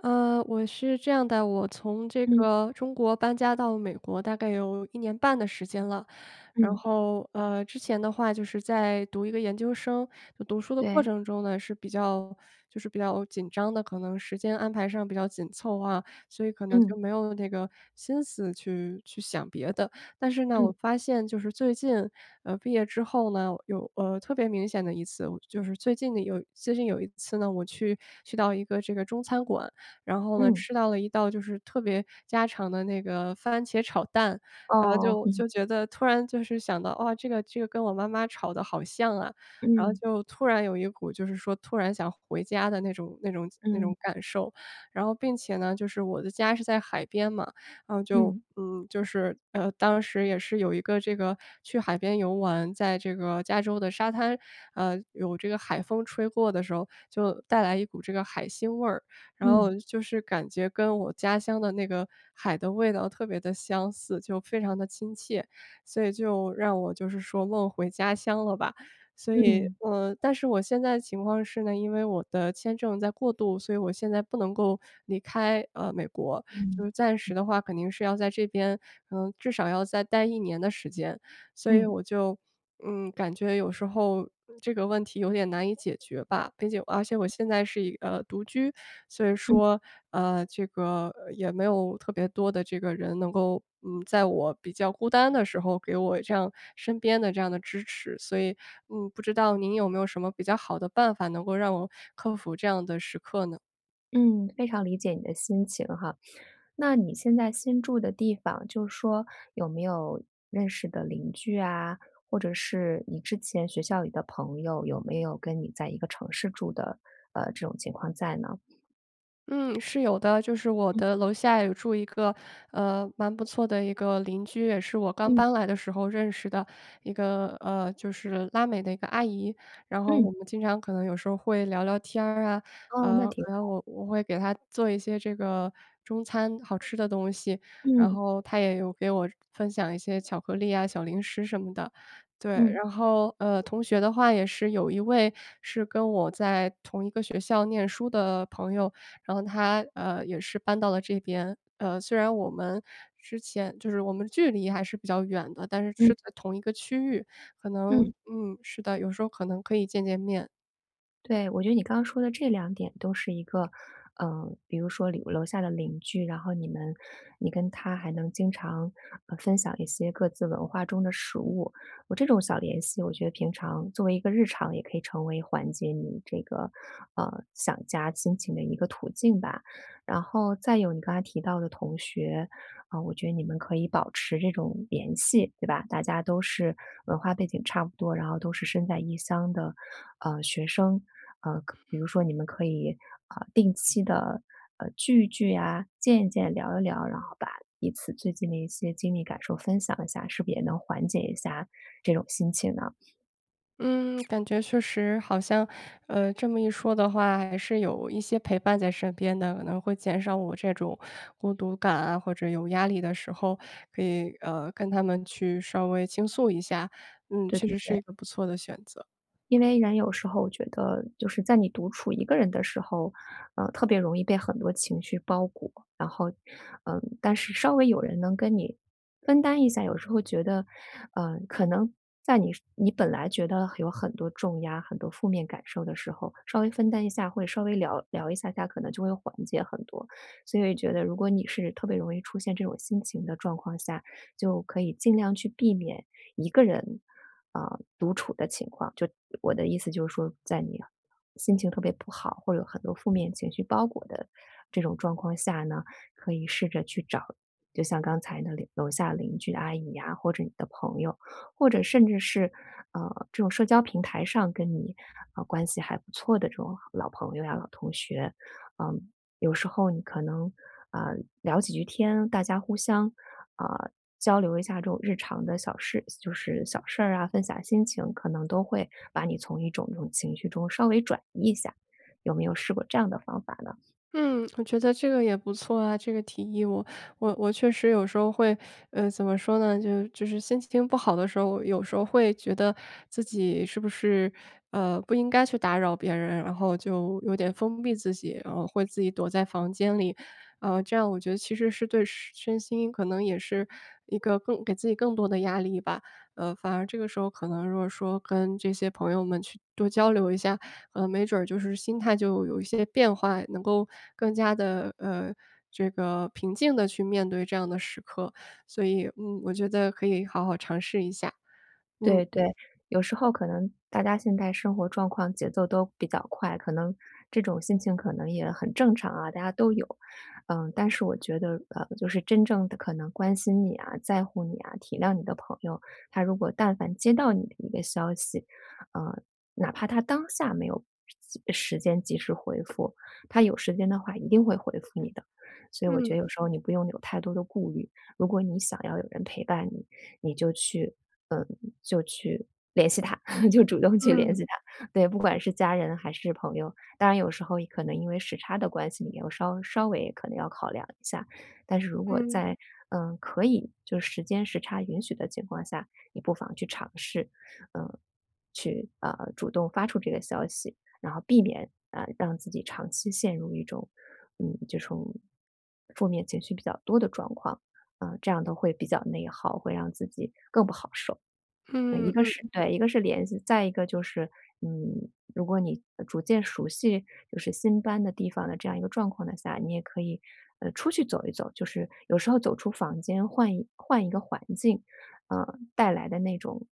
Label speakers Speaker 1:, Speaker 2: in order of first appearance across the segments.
Speaker 1: 我是这样的，我从这
Speaker 2: 嗯
Speaker 1: 个中国搬家到美国大概有一年半的时间了。然
Speaker 2: 嗯，
Speaker 1: 后，之前的话就是在读一个研究生，就读书的过
Speaker 2: 对，
Speaker 1: 程中呢，是比较比较紧张的，可能时间安排上比较紧凑啊，所以可能
Speaker 2: 嗯
Speaker 1: 就没有那个心思去想别的。但是呢，我
Speaker 2: 嗯
Speaker 1: 发现就是最近，毕业之后呢，有特别明显的一次，我就是最近的有最近有一次呢，我去到一个这个中餐馆，然后呢
Speaker 2: 嗯，
Speaker 1: 吃到了一道就是特别家常的那个番茄炒蛋，然后
Speaker 2: 哦，
Speaker 1: 就
Speaker 2: 嗯
Speaker 1: 就觉得突然就是想到，哇，这个跟我妈妈吵的好像啊，然后
Speaker 2: 嗯
Speaker 1: 就突然有一股就是说突然想回家的那种那种那
Speaker 2: 嗯
Speaker 1: 种感受。然后并且呢，就是我的家是在海边嘛，然后就
Speaker 2: 嗯
Speaker 1: 当时也是有一个这个去海边游玩，在这个加州的沙滩，有这个海风吹过的时候，就带来一股这个海腥味儿。然
Speaker 2: 嗯
Speaker 1: 后就是感觉跟我家乡的那个海的味道特别的相似，就非常的亲切，所以就让我就是说梦回家乡了吧。所以，
Speaker 2: 嗯
Speaker 1: 但是我现在的情况是呢，因为我的签证在过渡，所以我现在不能够离开，美国，就是暂时的话肯定是要在这边，嗯，至少要再待一年的时间。所以
Speaker 2: 嗯
Speaker 1: 我就，嗯，感觉有时候这个问题有点难以解决吧。并且而且我现在是独居，所以
Speaker 2: 嗯
Speaker 1: 说，也没有特别多的这个人能够，嗯，在我比较孤单的时候给我这样身边的这样的支持。所以，嗯，不知道您有没有什么比较好的办法能够让我克服这样的时刻呢？
Speaker 2: 嗯，非常理解你的心情哈。那你现在新住的地方，就是说有没有认识的邻居啊，或者是你之前学校里的朋友，有没有跟你在一个城市住的，这种情况在呢？
Speaker 1: 嗯，是有的，就是我
Speaker 2: 嗯
Speaker 1: 的楼下有住一个，蛮不错的一个邻居，也是我刚
Speaker 2: 嗯
Speaker 1: 搬来的时候认识的一个，就是拉美的一个阿姨。然后
Speaker 2: 嗯，
Speaker 1: 我们经常可能有时候会聊聊天儿啊，
Speaker 2: 哦，那挺
Speaker 1: 可能
Speaker 2: 好，
Speaker 1: 我会给她做一些这个中餐好吃的东西，然
Speaker 2: 嗯
Speaker 1: 后她也有给我分享一些巧克力啊、小零食什么的。对，
Speaker 2: 嗯
Speaker 1: 然后，同学的话也是有一位是跟我在同一个学校念书的朋友，然后他，也是搬到了这边。虽然我们之前就是我们距离还是比较远的，但是是
Speaker 2: 嗯
Speaker 1: 在同一个区域，可能
Speaker 2: 嗯。
Speaker 1: 嗯，是的，有时候可能可以见见面。
Speaker 2: 对，我觉得你刚刚说的这两点都是一个，嗯，比如说楼下的邻居，然后你们你跟他还能经常，分享一些各自文化中的食物。我这种小联系，我觉得平常作为一个日常也可以成为缓解你这个，想家心情的一个途径吧。然后再有你刚才提到的同学，啊，我觉得你们可以保持这种联系，对吧？大家都是文化背景差不多，然后都是身在异乡的，呃，学生，可比如说你们可以啊、定期的聚一聚啊，见一见，聊一聊，然后把彼此最近的一些经历感受分享一下，是不是也能缓解一下这种心情呢？
Speaker 1: 嗯，感觉确实好像，这么一说的话，还是有一些陪伴在身边的，可能会减少我这种孤独感啊，或者有压力的时候，可以跟他们去稍微倾诉一下。嗯，
Speaker 2: 对
Speaker 1: 确
Speaker 2: 对
Speaker 1: 实是
Speaker 2: 对。
Speaker 1: 一个不错的选择。
Speaker 2: 因为人有时候我觉得，就是在你独处一个人的时候，特别容易被很多情绪包裹，然后，嗯，但是稍微有人能跟你分担一下，有时候觉得，呃，可能在你本来觉得有很多重压、很多负面感受的时候，稍微分担一下，或者稍微聊聊一下下，可能就会缓解很多。所以觉得，如果你是特别容易出现这种心情的状况下，就可以尽量去避免一个人啊、独处的情况。就我的意思就是说，在你心情特别不好或者有很多负面情绪包裹的这种状况下呢，可以试着去找，就像刚才的楼下邻居阿姨呀、或者你的朋友，或者甚至是这种社交平台上跟你啊、关系还不错的这种老朋友呀、老同学，嗯、有时候你可能啊、聊几句天，大家互相啊、交流一下这种日常的小事，就是小事儿啊，分享心情，可能都会把你从一种这种情绪中稍微转移一下。有没有试过这样的方法呢？
Speaker 1: 嗯，我觉得这个也不错啊，这个提议我确实有时候会，怎么说呢，就是心情不好的时候，有时候会觉得自己是不是，不应该去打扰别人，然后就有点封闭自己，然后会自己躲在房间里，这样我觉得其实是对身心可能也是一个更给自己更多的压力吧。反而这个时候可能如果说跟这些朋友们去多交流一下，没准儿就是心态就有一些变化，能够更加的这个平静的去面对这样的时刻。所以，嗯，我觉得可以好好尝试一下。嗯，
Speaker 2: 对对，有时候可能大家现在生活状况节奏都比较快，可能这种心情可能也很正常啊，大家都有。嗯，但是我觉得，呃，就是真正的可能关心你啊、在乎你啊、体谅你的朋友，他如果但凡接到你的一个消息，呃，哪怕他当下没有及时回复，他有时间的话一定会回复你的。所以我觉得
Speaker 1: 嗯，
Speaker 2: 有时候你不用有太多的顾虑，如果你想要有人陪伴你，你就去，嗯，就去联系他，就主动去联
Speaker 1: 嗯，
Speaker 2: 系他。对，不管是家人还是朋友，当然有时候也可能因为时差的关系，你要稍微可能要考量一下。但是如果
Speaker 1: 嗯，
Speaker 2: 在嗯可以就是时差允许的情况下，你不妨去尝试，嗯，去主动发出这个消息，然后避免啊、让自己长期陷入一种嗯这种负面情绪比较多的状况。嗯，这样都会比较内耗，会让自己更不好受。嗯，
Speaker 1: 嗯，
Speaker 2: 一
Speaker 1: 嗯，
Speaker 2: 个
Speaker 1: 嗯
Speaker 2: 是对，一个是联系，再一个就是，嗯，如果你逐渐熟悉就是新搬的地方的这样一个状况的下，你也可以，出去走一走，就是有时候走出房间，换一个环境，带来的那种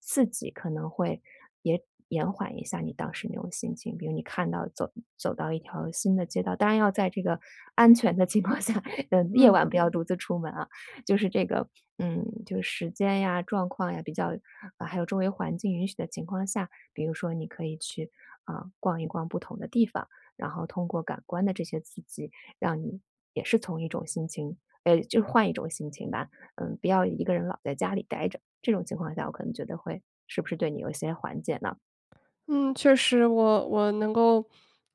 Speaker 2: 刺激可能会也延缓一下你当时那种心情。比如你看到走到一条新的街道，当然要在这个安全的情况下，嗯，夜
Speaker 1: 嗯。
Speaker 2: 晚不要独自出门啊。就是这个，嗯，就是时间呀、状况呀比较，啊，还有周围环境允许的情况下，比如说你可以去啊、逛一逛不同的地方，然后通过感官的这些刺激，让你也是从一种心情，呃，就是换一种心情吧，嗯，不要一个人老在家里待着。这种情况下，我可能觉得会是不是对你有一些缓解呢？
Speaker 1: 嗯，确实我我能够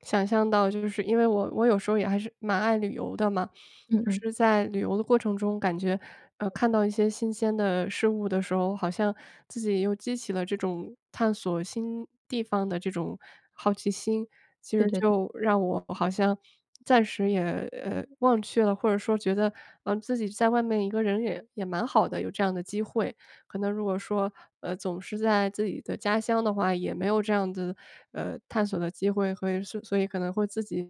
Speaker 1: 想象到，就是因为我有时候也还是蛮爱旅游的嘛，
Speaker 2: 嗯
Speaker 1: 就
Speaker 2: 嗯，
Speaker 1: 是在旅游的过程中，感觉看到一些新鲜的事物的时候，好像自己又激起了这种探索新地方的这种好奇心，其
Speaker 2: 对
Speaker 1: 实
Speaker 2: 对对
Speaker 1: 就让我好像暂时也忘却了，或者说觉得自己在外面一个人也蛮好的，有这样的机会。可能如果说，总是在自己的家乡的话，也没有这样的，探索的机会和所以可能会自己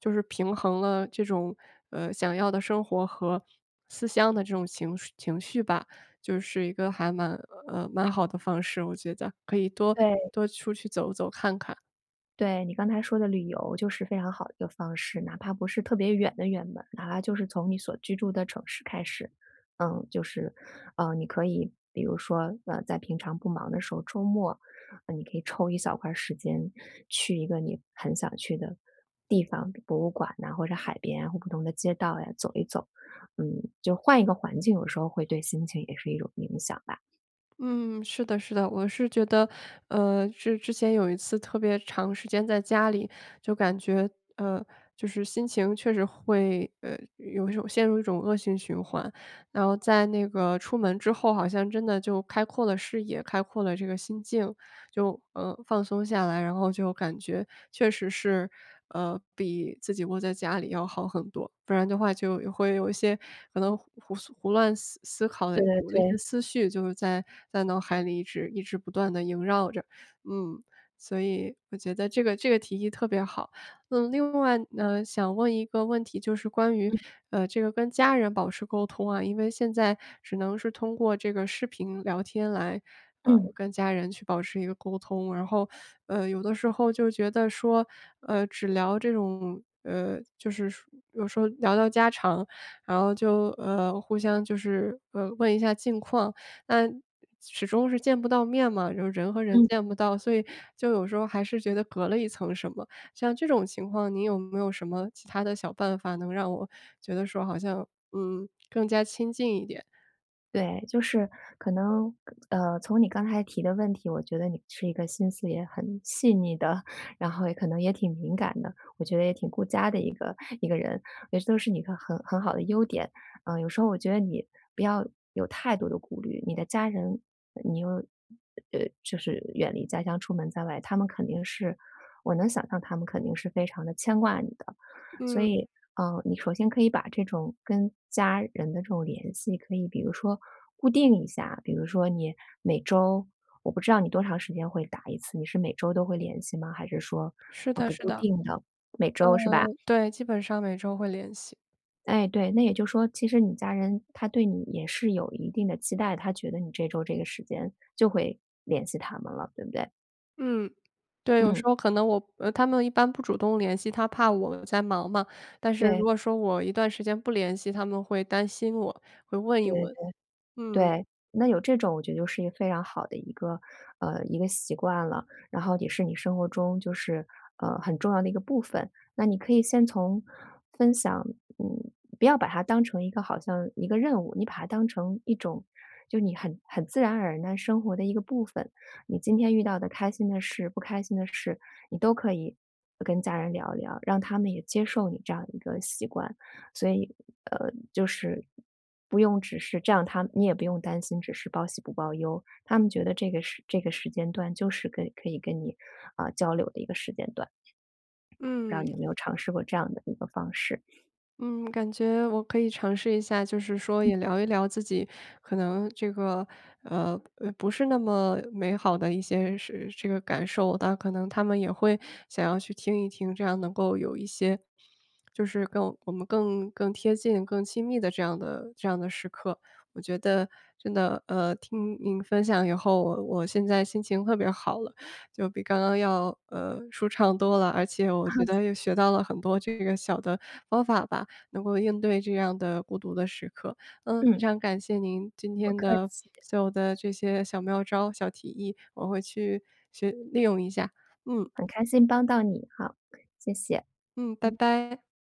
Speaker 1: 就是平衡了这种，想要的生活和思乡的这种情绪吧，就是一个还蛮蛮好的方式，我觉得可以多
Speaker 2: 对。
Speaker 1: 多出去走走看看。
Speaker 2: 对，你刚才说的旅游就是非常好的一个方式，哪怕不是特别远的远门儿哪怕就是从你所居住的城市开始，嗯，就是，呃，你可以比如说，呃，在平常不忙的时候，周末，呃你可以抽一小块儿时间去一个你很想去的地方，博物馆呐、或者海边啊，或不同的街道呀，走一走，嗯，就换一个环境，有时候会对心情也是一种影响吧。
Speaker 1: 嗯，是的，是的，我是觉得，之前有一次特别长时间在家里，就感觉，呃，就是心情确实会，有一种陷入一种恶性循环，然后在那个出门之后，好像真的就开阔了视野，开阔了这个心境，就放松下来，然后就感觉确实是，比自己窝在家里要好很多。不然的话，就也会有一些可能胡胡思胡乱思思考的
Speaker 2: 对对
Speaker 1: 我的一些
Speaker 2: 对，
Speaker 1: 思绪，就是在在脑海里一直不断的萦绕着。嗯，所以我觉得这个提议特别好。嗯，另外，想问一个问题，就是关于，这个跟家人保持沟通啊，因为现在只能是通过这个视频聊天来，
Speaker 2: 嗯
Speaker 1: 跟家人去保持一个沟通。然后，有的时候就觉得说，只聊这种，就是说有时候聊聊家常，然后就互相就是问一下近况，那始终是见不到面嘛，就是人和人
Speaker 2: 嗯。
Speaker 1: 见不到，所以就有时候还是觉得隔了一层什么。像这种情况，你有没有什么其他的小办法能让我觉得说好像，嗯，更加亲近一点？
Speaker 2: 对，就是可能，从你刚才提的问题，我觉得你是一个心思也很细腻的，然后也可能也挺敏感的，我觉得也挺顾家的一个人，也都是你的很好的优点。嗯，有时候我觉得你不要有太多的顾虑，你的家人，你又，呃，就是远离家乡出门在外，他们肯定是，我能想象他们肯定是非常的牵挂你的，所
Speaker 1: 嗯，
Speaker 2: 以嗯，你首先可以把这种跟家人的这种联系，可以比如说固定一下，比如说你每周，我不知道你多长时间会打一次，你是每周都会联系吗？还是说，
Speaker 1: 是
Speaker 2: 呃，
Speaker 1: 的
Speaker 2: 不
Speaker 1: 是
Speaker 2: 固
Speaker 1: 的，
Speaker 2: 定的，每周是吧？
Speaker 1: 对，基本上每周会联系。
Speaker 2: 哎，对，那也就是说，其实你家人他对你也是有一定的期待，他觉得你这周这个时间就会联系他们了，对不对？
Speaker 1: 嗯，对，有
Speaker 2: 嗯，
Speaker 1: 时候可能我他们一般不主动联系，他怕我在忙嘛，但是如
Speaker 2: 对
Speaker 1: 果说我一段时间不联系，他们会担心我，会问一
Speaker 2: 对
Speaker 1: 问。嗯，
Speaker 2: 对，那有这种我觉得就是一个非常好的一个一个习惯了，然后也是你生活中就是，很重要的一个部分。那你可以先从分享嗯，不要把它当成一个好像一个任务，你把它当成一种就你很自然而然生活的一个部分。你今天遇到的开心的事、不开心的事，你都可以跟家人聊一聊，让他们也接受你这样一个习惯。所以，就是不用只是这样，他你也不用担心，只是报喜不报忧。他们觉得这个时间段就是可以跟你啊、交流的一个时间段。不知道
Speaker 1: 嗯。
Speaker 2: 你有没有尝试过这样的一个方式？
Speaker 1: 嗯，感觉我可以尝试一下，就是说也聊一聊自己可能这个不是那么美好的一些是这个感受的，但可能他们也会想要去听一听，这样能够有一些就是更我们更贴近、更亲密的这样的时刻。我觉得真的听您分享以后，我现在心情特别好了，就比刚刚要舒畅多了，而且我
Speaker 2: 啊，
Speaker 1: 觉得又学到了很多这个小的方法吧。能够应对这样的孤独的时刻。嗯，非
Speaker 2: 嗯，
Speaker 1: 常感谢您今
Speaker 2: 不
Speaker 1: 天
Speaker 2: 客
Speaker 1: 的
Speaker 2: 气，
Speaker 1: 所有的这些小妙招、小提议，我会去学利用一下。嗯
Speaker 2: 很开心帮到你哈，谢谢。
Speaker 1: 嗯，拜拜。